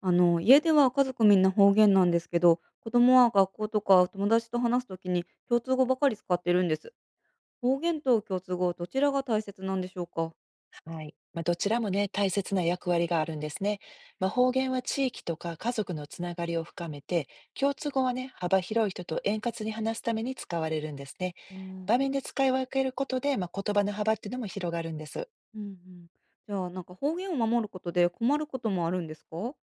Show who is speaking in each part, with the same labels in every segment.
Speaker 1: 家では家族みんな方言なんですけど、子供は学校とか友達と話すときに共通語ばかり使ってるんです。方言と共通語、どちらが大切なんでしょうか？
Speaker 2: はい。まあ、どちらもね、大切な役割があるんですね。まあ、方言は地域とか家族のつながりを深めて、共通語はね、幅広い人と円滑に話すために使われるんですね。
Speaker 1: あ
Speaker 2: 場
Speaker 1: あ。
Speaker 2: 面で使い分けることで、まあ、言葉の幅っていうのも広がるんです。
Speaker 1: うんうん。じゃあ、なんか方言を守ることで困ることもあるんですか？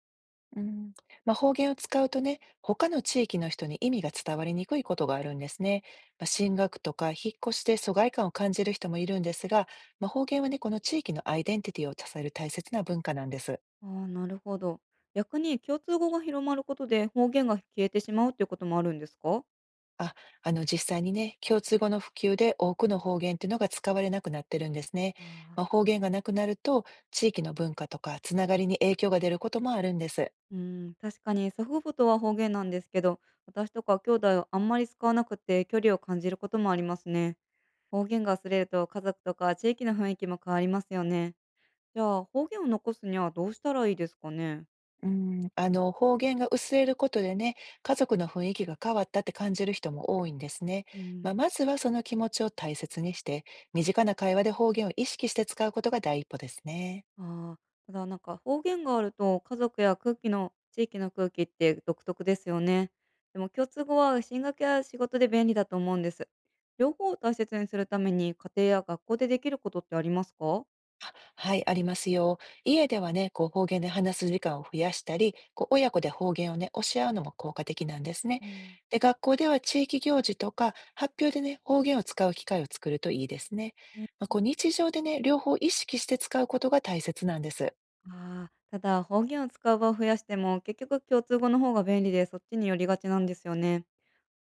Speaker 2: うん、まあ、方言を使うとね、他の地域の人に意味が伝わりにくいことがあるんですね。まあ、進学とか引っ越しで疎外感を感じる人もいるんですが、まあ、方言はね、この地域のアイデンティティを支える大切な文化なんです。
Speaker 1: ああ、なるほど。逆に共通語が広まることで方言が消えてしまうっていうこともあるんですか？
Speaker 2: あ、実際にね、共通語の普及で多くの方言っていうのが使われなくなってるんですね。
Speaker 1: あ
Speaker 2: まあ、
Speaker 1: あ。
Speaker 2: 方言がなくなると、地域の文化とかつながりに影響が出ることもあるんです。
Speaker 1: うん、確かに祖父母とは方言なんですけど、私とか兄弟はあんまり使わなくて距離を感じることもありますね。方言が忘れると家族とか地域の雰囲気も変わりますよね。じゃあ方言を残すにはどうしたらいいですかね？
Speaker 2: うん、方言が薄れることでね、家族の雰囲気が変わったって感じる人も多いんですね。
Speaker 1: う
Speaker 2: まあ、
Speaker 1: ん。
Speaker 2: まずはその気持ちを大切にして、身近な会話で方言を意識して使うことが第一歩ですね。
Speaker 1: ああ。ただなんか方言があると家族や空気の地域の空気って独特ですよね。でも共通語は進学や仕事で便利だと思うんです。両方を大切にするために家庭や学校でできることってありますか？
Speaker 2: あ、はい、ありますよ。家ではね、こう方言で話す時間を増やしたり、こう親子で方言をね、教え合うのも効果的なんですね。
Speaker 1: うん。
Speaker 2: で、学校では地域行事とか発表でね、方言を使う機会を作るといいですね。
Speaker 1: ね。
Speaker 2: まあ、こう日常でね、両方意識して使うことが大切なんです。
Speaker 1: ああ。ただ方言を使う場を増やしても結局共通語の方が便利でそっちに寄りがちなんですよね。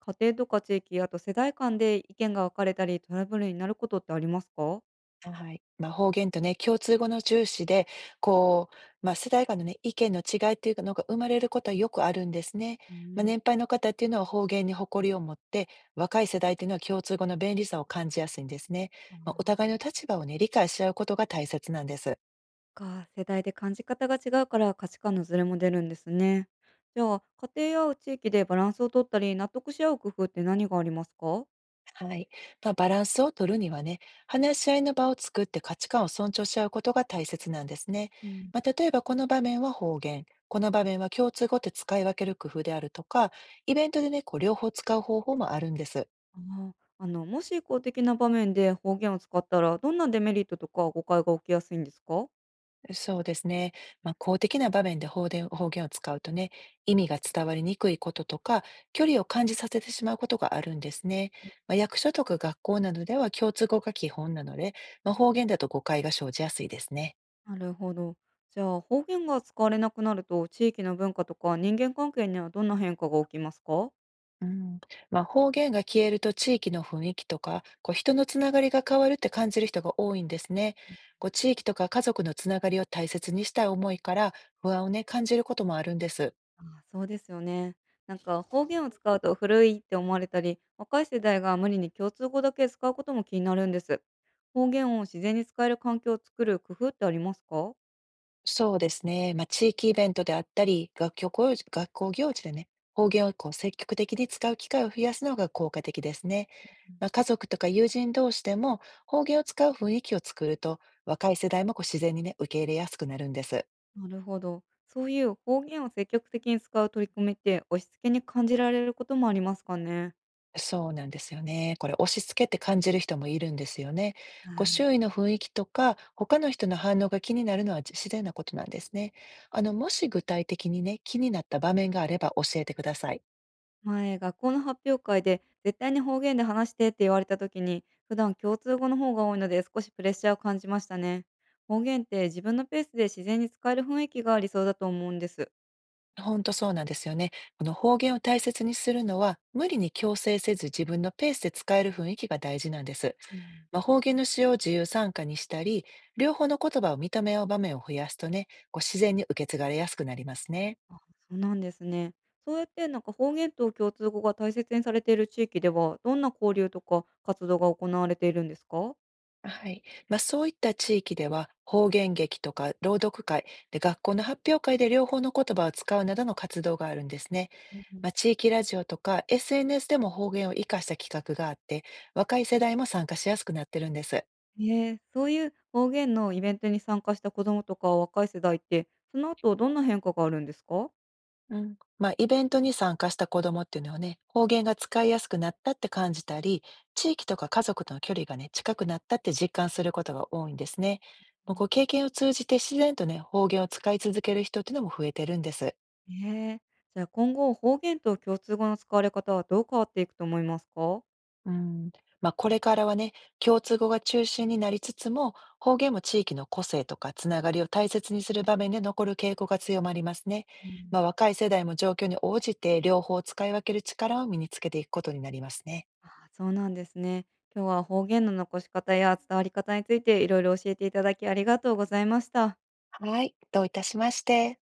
Speaker 1: 家庭とか地域、あと世代間で意見が分かれたり、トラブルになることってありますか？
Speaker 2: はい。まあ、方言とね、共通語の重視で、こう、まあ、世代間のね、意見の違いっていうのが生まれることはよくあるんですね。
Speaker 1: うー
Speaker 2: まあ、
Speaker 1: ん。
Speaker 2: 年配の方っていうのは方言に誇りを持って、若い世代っていうのは共通語の便利さを感じやすいんですね。
Speaker 1: あ
Speaker 2: まあ、お
Speaker 1: あ、
Speaker 2: 互いの立場をね、理解し合うことが大切なんです。
Speaker 1: 世代で感じ方が違うから価値観のズレも出るんですね。じゃあ、家庭や地域でバランスを取ったり、納得し合う工夫って何がありますか？
Speaker 2: はい。まあ、バランスを取るにはね、話し合いの場を作って価値観を尊重し合うことが大切なんですね。
Speaker 1: うん。
Speaker 2: まあ、例えば、この場面は方言、この場面は共通語って使い分ける工夫であるとか、イベントでね、こう両方使う方法もあるんです。
Speaker 1: ああ、もし公的な場面で方言を使ったら、どんなデメリットとか誤解が起きやすいんですか？
Speaker 2: そうですね。まあ、公的な場面で方言を使うとね、意味が伝わりにくいこととか、距離を感じさせてしまうことがあるんですね。まあ、役所とか学校などでは共通語が基本なので、まあ、方言だと誤解が生じやすいですね。
Speaker 1: なるほど。じゃあ、方言が使われなくなると、地域の文化とか人間関係にはどんな変化が起きますか？
Speaker 2: うん、まあ、方言が消えると地域の雰囲気とか、こう人のつながりが変わるって感じる人が多いんですね。こう地域とか家族のつながりを大切にしたい思いから不安をね、感じることもあるんです。
Speaker 1: ああ、そうですよね。なんか方言を使うと古いって思われたり、若い世代が無理に共通語だけ使うことも気になるんです。方言を自然に使える環境を作る工夫ってありますか？
Speaker 2: そうですね。まあ、地域イベントであったり、学校行事でね、方言をこう積極的に使う機会を増やすのが効果的ですね。まあ、家族とか友人同士でも方言を使う雰囲気を作ると、若い世代もこう自然にね、受け入れやすくなるんです。
Speaker 1: なるほど。そういう方言を積極的に使う取り組みって押し付けに感じられることもありますかね。
Speaker 2: そうなんですよね。これ、押し付けって感じる人もいるんですよね。
Speaker 1: あ
Speaker 2: こう周囲
Speaker 1: ー。
Speaker 2: の雰囲気とか、他の人の反応が気になるのは自然なことなんですね。もし具体的にね、気になった場面があれば教えてください。
Speaker 1: 前、学校の発表会で絶対に方言で話してって言われた時に、普段共通語の方が多いので少しプレッシャーを感じましたね。方言って自分のペースで自然に使える雰囲気が理想だと思うんです。
Speaker 2: 本当そうなんですよね。この方言を大切にするのは、無理に強制せず自分のペースで使える雰囲気が大事なんです。
Speaker 1: うん。
Speaker 2: まあ、方言の使用を自由参加にしたり、両方の言葉を認め合う場面を増やすとね、こう自然に受け継がれやすくなりますね。
Speaker 1: あ、そうなんですね。そうやってなんか方言と共通語が大切にされている地域では、どんな交流とか活動が行われているんですか？
Speaker 2: はい。まあ、そういった地域では、方言劇とか朗読会で、学校の発表会で両方の言葉を使うなどの活動があるんですね。
Speaker 1: うんうん。
Speaker 2: まあ、地域ラジオとか SNS でも方言を活かした企画があって、若い世代も参加しやすくなってるんです。
Speaker 1: えそういう方言のイベントに参加した子どもとか若い世代って、その後どんな変化があるんですか？
Speaker 2: うん、まあ、イベントに参加した子どもっていうのはね、方言が使いやすくなったって感じたり、地域とか家族との距離がね、近くなったって実感することが多いんですね。もうこう経験を通じて自然とね、方言を使い続ける人っていうのも増えてるんです。
Speaker 1: ええ。じゃあ今後、方言と共通語の使われ方はどう変わっていくと思いますか？
Speaker 2: うん、まあ、これからはね、共通語が中心になりつつも、方言も地域の個性とかつながりを大切にする場面で残る傾向が強まりますね。
Speaker 1: う
Speaker 2: ま
Speaker 1: ん。
Speaker 2: あ、若い世代も状況に応じて両方使い分ける力を身につけていくことになりますね。
Speaker 1: ああ、そうなんですね。今日は方言の残し方や伝わり方についていろいろ教えていただきありがとうございました。
Speaker 2: はい、どういたしまして。